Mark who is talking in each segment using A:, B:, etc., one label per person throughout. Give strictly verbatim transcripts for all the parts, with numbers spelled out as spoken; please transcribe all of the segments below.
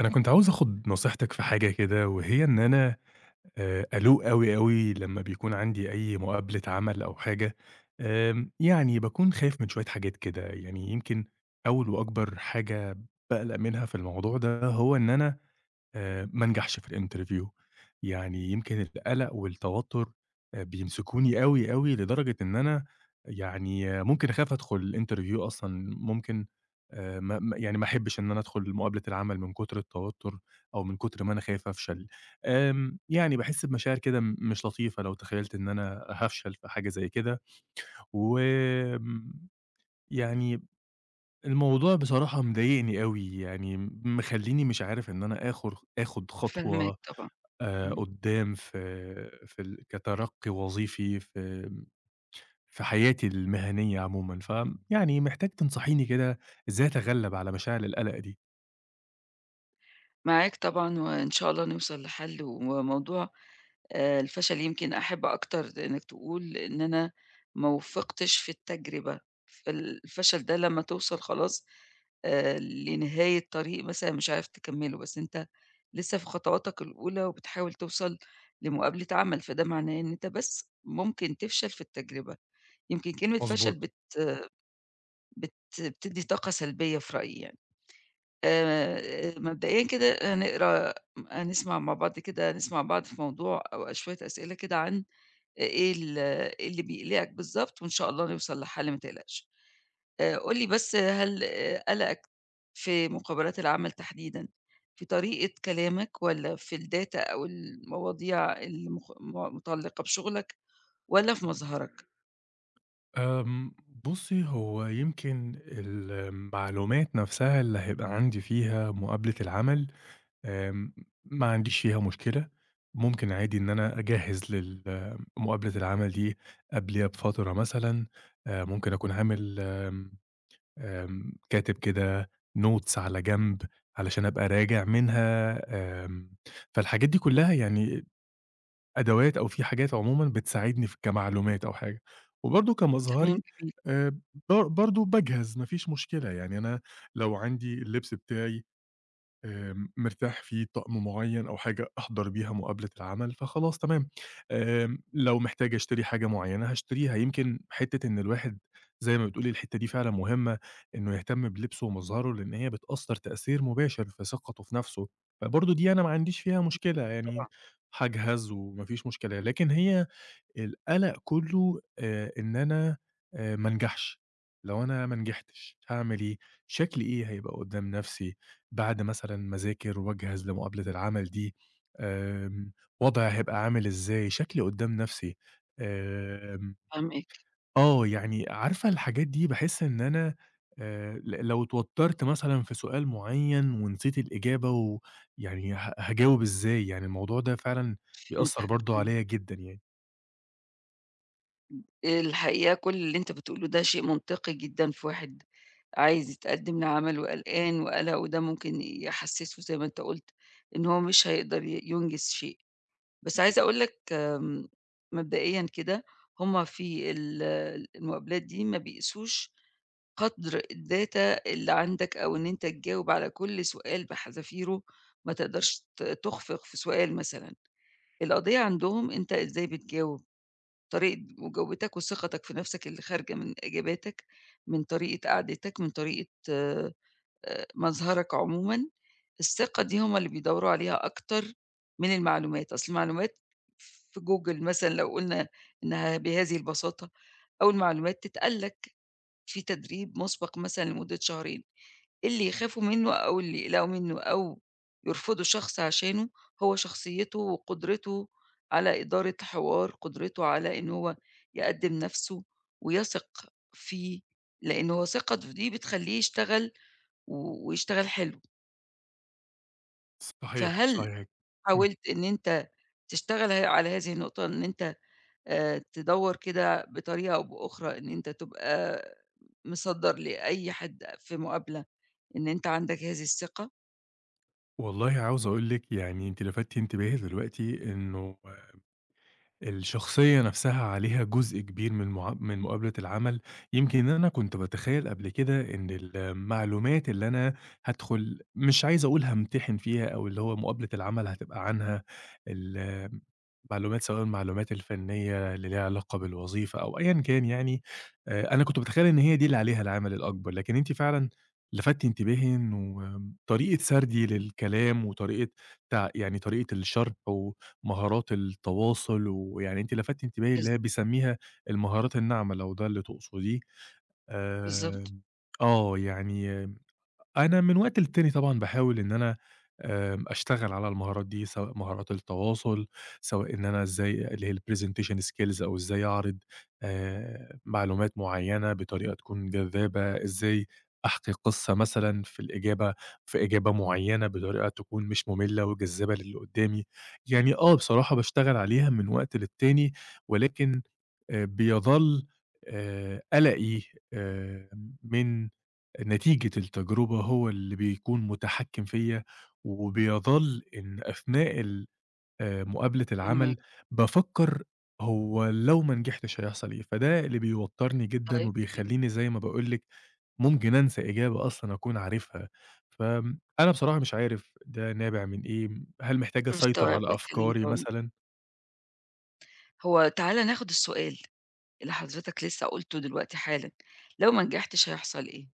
A: أنا كنت عاوز آخُد نصيحتك في حاجة كده، وهي إن أنا آآ قلوق أوي، أوي لمّا بيكون عندي أي مقابلة عمل أو حاجة، آمم يعني باكون خايف من شوية حاجات كده، يعني يمكن أول وأكبر حاجة باقلق منها في الموضوع ده هو إن أنا آآ ما انجحش في الinterview، يعني يمكن القلق والتوتر آآ بيمسكوني أوي، أوي لدرجة إن أنا يعني آه، ممكن أخاف أدخل الinterview أصلًا، ممكن آآ ما ما يعني ما أحبش إن أنا أدخل مقابلة العمل من كتر التوتر أو من كتر ما أنا خايف أفشل. آمم يعني باحس بمشاعر كده م مش لطيفة لو تخيلت إن أنا هافشل في حاجة زي كده، وآمم يعني الموضوع بصراحة مضايقني أوي، يعني مخلّيني مش عارف إن أنا آخر آخد
B: فاهماك
A: خطوة
B: طبعًا.
A: آآ
B: إمم.
A: قدّام في في ال كترقّي وظيفي في في حياتي المهنية عمومًا، فيعني محتاج تنصحيني كده إزاي أتغلّب على مشاعر القلق دي؟
B: معاك طبعًا، وإن شاء الله نوصل لحل، وموضوع آآ الفشل يمكن أحب أكتر إنك تقول إن أنا ما وفقتش في التجربة، فالفشل ده لمّا توصل خلاص آآ لنهاية طريق مثلًا مش عارف تكمّله، بس أنت لسه في خطواتك الأولى وبتحاول توصل لمقابلة عمل، فده معناه إن أنت بس ممكن تفشل في التجربة، يمكن كلمة فشل
A: مضبوط.
B: بت بت بتدّي طاقة سلبية في رأيي يعني. آآ مبدئيًا كده نقرا نسمع مع بعض كده نسمع بعض في موضوع أو شوية أسئلة كده عن إيه ال إيه اللي بيقلقك بالضبط، وإن شاء الله نوصل لحل ما تقلقش. آآ قُل لي بس، هل آه، قلقك في مقابلات العمل تحديدًا في طريقة كلامك والّا في الdata أو المواضيع المخ متعلقة بشغلك والّا في مظهرك؟
A: آمم، بُصّي، هو يمكن المعلومات نفسها اللي هيبقى عندي فيها مقابلة العمل، آمم، ما عنديش فيها مشكلة، ممكن عادي إن أنا أجهّز لل مقابلة العمل دي قبليها بفترة مثلًا، آآ ممكن أكون عامل آمم، آمم، كاتب كده notes على جنب علشان أبقى راجع منها، آمم، فالحاجات دي كلها يعني أدوات أو في حاجات عمومًا بتساعدني ف كمعلومات أو حاجة، وبرضه
B: تمام،
A: كمظهري آآ، ب برضه باجهز ما فيش مشكلة، يعني أنا لو عندي اللبس بتاعي آمم، مرتاح في طقم معيّن أو حاجة أحضر بيها مقابلة العمل، فخلاص تمام. آمم، لو محتاج أشتري حاجة معيّنة هاشتريها، يمكن حتّة إن الواحد زي ما بتقولي الحتّة دي فعلًا مهمة، إنه يهتم بلبسه ومظهره، لإن هي بتأثّر تأثير مباشر في ثقته في نَفْسه، فبرضه دي أنا ما عنديش فيها مشكلة، يعني
B: طبعًا.
A: هاجهز وما فيش مشكلة، لكن هي القلق كُلّه آآ إن أنا آآ ما أنجحش، لو أنا ما نجحتش هاعمل إيه، شكلي إيه هيبقى قدّام نَفْسي بعد مثلًا ما أذاكر وأجهز لمقابلة العمل دي، آمم وضعي هيبقى عامل إزاي، شكلي قدّام نَفْسي، آمم
B: فاهماك.
A: آه، يعني عارفة الحاجات دي باحس إن أنا آآ ل لو اتوتّرت مثلًا في سؤال معيّن ونسيت الإجابة ويعني ه هاجاوب إزاي، يعني الموضوع ده فعلًا بيأثّر
B: فهمتك،
A: برضه
B: آه.
A: عليّا جدًا يعني.
B: الحقيقة كل اللي أنت بتقوله ده شيء منطقي جدًا في واحد عايز يتقدم لعمل وقلقان، وقلقه وده ممكن يحسسه زي ما أنت قُلت إن هو مش هيقدر ي ينجز شيء. بس عايزة أقول لك آمم، مبدئيًا كده، هم في ال المقابلات دي ما بيقيسوش قدر الdata اللي عندك أو إن أنت تجاوب على كل سؤال بحذافيره، ما تقدرش ت تُخفق في سؤال مثلًا. القضية عندهم أنت إزاي بتجاوب. طريقة مجاوبتك وثقتك في نفسك اللي خارجة من إجاباتك، من طريقة قعدتك، من طريقة آآ مظهرك عمومًا، الثقة دي هم اللي بيدوروا عليها أكتر من المعلومات، أصل المعلومات في Google مثلًا لو قلنا إنها بهذه البساطة، أو المعلومات تتقال لك في تدريب مُسبق مثلًا لمدة شهرين، اللي يخافوا منّه أو اللي يقلقوا منّه أو يرفضوا شخص عشانه، هو شخصيته وقدرته على إدارة الحوار، قدرته على إن هو يقدّم نَفْسه ويثق فيه، لإن هو ثقته دي بتخلّيه يشتغل و ويشتغل حلو.
A: صحيح،
B: فهل
A: صحيح. إمم.
B: حاولت إن أنت تشتغل ه على هذه النقطة؟ إن أنت آآ تدوّر كده بطريقة أو بأخرى إن أنت تبقى مصدّر لأي حد في مقابلة، إن أنت عندك هذه الثقة
A: والله عاوز أقول لِك يعني أنتِ لفتتِ انتباهي دلوقتي إنه الشخصية نفسها عليها جزء كبير من مع من مقابلة العمل، يمكن أنا كنت باتخيل قبل كده إن المعلومات اللي أنا هادخل مش عايز أقول هامتحن فيها أو اللي هو مقابلة العمل هتبقى عنها ال معلومات سواء المعلومات الفنية اللي ليها علاقة بالوظيفة أو أيًا كان يعني، آآ أنا كنت باتخيل إن هي دي اللي عليها العمل الأكبر، لكن أنتِ فعلًا لفتِ انتباهي إنه آم، طريقة سردي للكلام وطريقة تع يعني طريقة الشرح و مهارات التواصل، ويعني أنتِ لفتِ انتباهي
B: بالض
A: اللي هي بيسميها المهارات الناعمة لو ده اللي تقصديه،
B: بالضبط.
A: آمم، آه يعني أنا من وقت للتاني طبعًا باحاول إن أنا آمم، أشتغل على المهارات دي، سواء مهارات التواصل، سواء إن أنا إزاي اللي هي الpresentation skills أو إزاي أعرض آآ، معلومات معيّنة بطريقة تكون جذابة، إزاي أحكي قصة مثلًا في الإجابة في إجابة معيّنة بطريقة تكون مش مملة وجذابة للي قدّامي، يعني آه، بصراحة باشتغل عليها من وقت للتاني، ولكن آآ، بيظل آآ، قلقي آآ، من نتيجة التجربة هو اللي بيكون متحكم فيّا، وبيظل إن أثناء ال آآ مقابلة
B: فاهماك.
A: العمل بافكّر هو لو ما نجحتش هيحصل إيه؟ فده اللي بيوتّرني جدًا
B: طيب، تمام.
A: وبيخلّيني زي ما باقول لِك ممكن أنسى إجابة أصلًا أكون عارفها، فآمم أنا بصراحة مش عارف ده نابع من إيه؟ هل محتاج أسيطر
B: مستوعبة
A: على
B: الكلام
A: أفكاري
B: طبعًا.
A: مثلًا؟
B: هو تعالَ ناخد السؤال اللي حضرتك لسه قُلته دلوقتي حالًا: لو ما نجحتش هيحصل إيه؟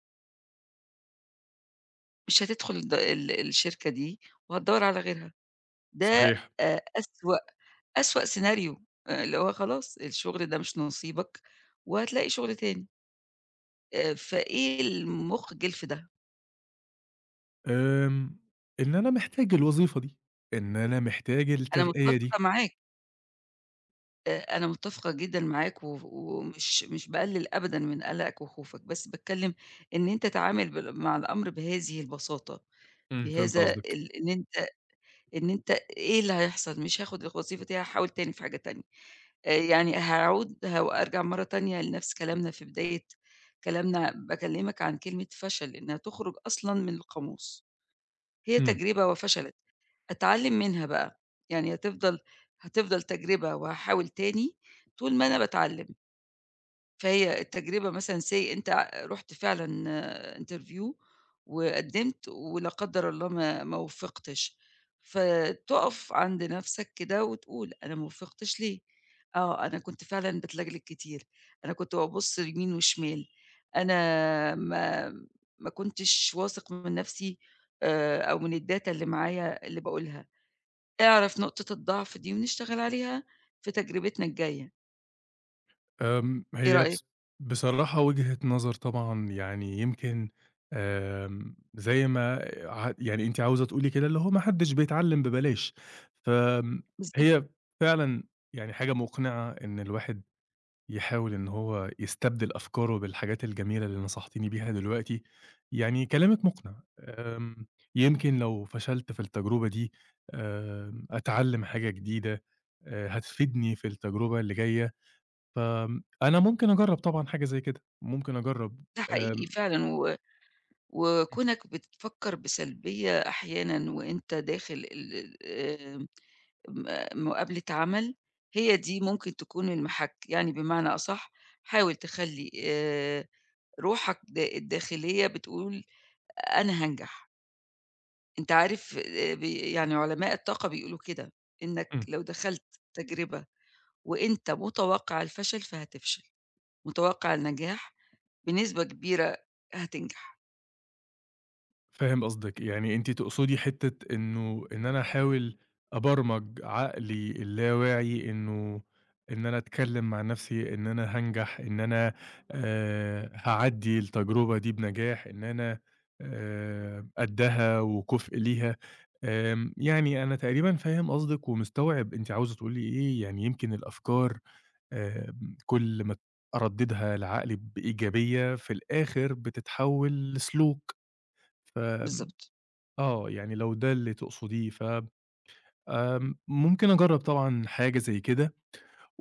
B: مش هتدخل الد ال الشركة دي وهتدوّر على غيرها، ده
A: صحيح.
B: أ أسوأ أسوأ سيناريو، آآ، اللي هو خلاص الشغل ده مش نصيبك وهتلاقي شغل تاني، آآ، فإيه المُخجِل في ده؟
A: آمم إن أنا محتاج الوظيفة دي، إن أنا محتاج
B: أنا
A: الترقية
B: متّفقة
A: دي.
B: معاك. آآ أنا متّفقة جدًا معاك، و ومش مش باقلِّل أبدًا من قلقك وخوفك، بس باتكلّم إن أنت تعامل بال مع الأمر بهذه البساطة،
A: إمم، فهمت
B: بهذا
A: قصدِك.
B: ال إن أنت إن أنت إيه اللي هيحصل، مش هاخُد الوظيفة دي، هاحاول تاني في حاجة تانية. آآ يعني هاعود، هو أرجع مرّة تانية لنَفْس كلامنا في بداية كلامنا، باكلّمك عن كلمة فشل، إنها تخرُج أصلًا من القاموس. هي
A: إمم.
B: تجربة وفشلت، أتعلّم منها بقى، يعني هتفضل هتفضل تجربة وهاحاول تاني طول ما أنا باتعلّم. فهي التجربة مثلًا say أنت ع رُحت فعلًا interview وقدّمت ولا قدّر الله ما ما وفّقتش، فتُقف عند نَفْسك كده وتقول: أنا ما وفّقتش ليه؟ آه، أنا كنت فعلًا باتلجلج كتير، أنا كنت بابُص يمين وشمال، أنا ما ما كنتش واثق من نَفْسي، آآ أو من الdata اللي معايا اللي باقولها. اعرف نقطة الضعف دي ونشتغل عليها في تجربتنا الجاية.
A: آمم،
B: إيه
A: هي
B: رأيك؟
A: بص بصراحة وجهة نظر طبعًا يعني يمكن آمم، زي ما ع يعني أنتِ عاوزة تقولي كده اللي هو ما حدش بيتعلم ببلاش، فآمم،
B: بالضبط،
A: هي فعلًا يعني حاجة مقنعة إن الواحد يحاول إن هو يستبدل أفكاره بالحاجات الجميلة اللي نصحتيني بيها دلوقتي، يعني كلامِك مقنع، آمم، يمكن لو فشلت في التجربة دي آمم، أتعلم حاجة جديدة آآ، هتفيدني في التجربة اللي جاية. فآمم، أنا ممكن أجرّب طبعًا حاجة زي كده، ممكن أجرّب
B: ده حقيقي
A: آمم،
B: فعلًا، و
A: إمم،
B: وكونك بتفكر بسلبية أحيانًا وأنت داخل ال آآ م مقابلة عمل، هي دي ممكن تكون المحك، يعني بمعنى أصح حاول تخلّي آآ روحك د الداخلية بتقول أنا هانجح. أنت عارف، آآ ب يعني علماء الطاقة بيقولوا كده، إنك
A: إمم.
B: لو دخلت تجربة وأنت متوقع الفشل فهتفشل، متوقع النجاح بنسبة كبيرة هتنجح.
A: فاهم قصدِك، يعني أنتِ تقصدي حتّة إنه إن أنا أحاول أبرمج عقلي اللاواعي إنه إن أنا أتكلّم مع نَفْسي، إن أنا هانجح، إن أنا آآ، هاعدّي التجربة دي بنجاح، إن أنا آآ، قدّها وكُفء ليها، آمم، يعني أنا تقريبًا فاهم قصدِك ومستوعب أنتِ عاوزة تقولي إيه، يعني يمكن الأفكار آمم، كل ما أرددها لعقلي بإيجابية في الآخر بتتحول لسلوك، فآمم،
B: بالضبط.
A: آه، يعني لو ده اللي تقصديه ف آمم، ممكن أجرب طبعًا حاجة زي كده،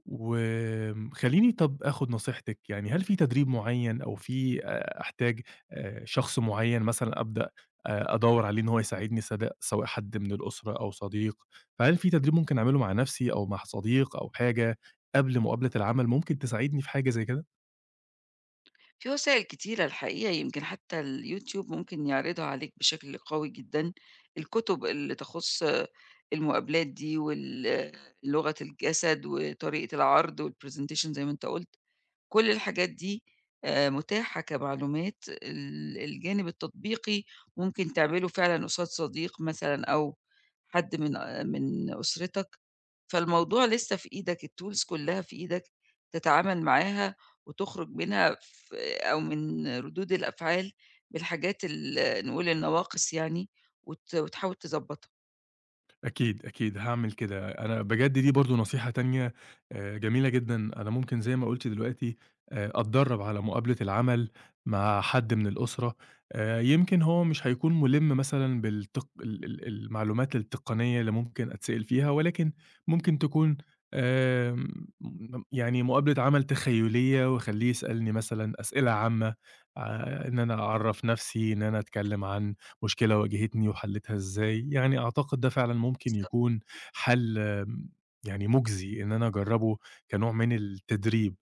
A: وآمم، خلّيني طب آخد نصيحتِك، يعني هل في تدريب معين أو في آآ، أحتاج آآ، شخص معين مثلًا أبدأ آآ، أدوّر عليه إن هو يساعدني سد سواء حد من الأسرة أو صديق، فهل في تدريب ممكن أعمله مع نفسي أو مع صديق أو حاجة قبل مقابلة العمل ممكن تساعدني في حاجة زي كده؟
B: في وسائل كتيرة الحقيقة، يمكن حتى اليوتيوب ممكن يعرضها عليك بشكل قوي جدًا. الكتب اللي تخُص المقابلات دي وال لغة الجسد وطريقة العرض والpresentation زي ما أنت قُلت، كل الحاجات دي آآ متاحة كمعلومات، ال الجانب التطبيقي ممكن تعمله فعلًا قصاد صديق مثلًا أو حد من آه، من أسرتك. فالموضوع لسه في إيدك، الtools كلّها في إيدك تتعامل معاها وتخرج منها، ف أو من ردود الأفعال بالحاجات ال نقول النواقص يعني، وت وتحاول تضبّطها.
A: أكيد، أكيد هاعمل كده. أنا بجد دي برضه نصيحة تانية آآ جميلة جدًا، أنا ممكن زي ما قُلتِ دلوقتي آآ أتدرّب على مقابلة العمل مع حد من الأسرة، آآ يمكن هو مش هيكون مُلِم مثلًا بالتق ال ال المعلومات التقنية اللي ممكن أتسأل فيها، ولكن ممكن تكون آمم م يعني مقابلة عمل تخيُّلية واخلّيه يسألني مثلًا أسئلة عامة، آآ إن أنا أعرّف نَفْسي، إن أنا أتكلّم عن مشكلة واجهتني وحلّيتها إزاي، يعني أعتقد ده فعلًا ممكن
B: بالضبط.
A: يكون حَل آمم، يعني مُجزي إن أنا أجرّبه كنوع من التدريب،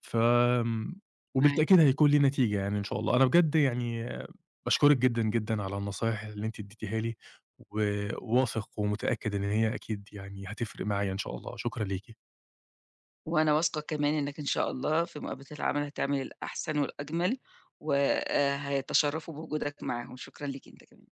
A: ف آمم، وبالتأكيد
B: معاك.
A: هيكون ليه نتيجة يعني إن شاء الله. أنا بجد يعني باشكرِك جدًا، جدًا على النصايح اللي أنتِ ادّيتيها لي، وواثق ومتأكد إن هي أكيد يعني هتفرق معايا إن شاء الله، شكرًا ليكِ.
B: وأنا واثقة كمان إنِّك إن شاء الله في مقابلة العمل هتعملي الأحسن والأجمل، وآآ هيتشرّفوا بوجودك معاهم. شكرًا ليك أنت كمان.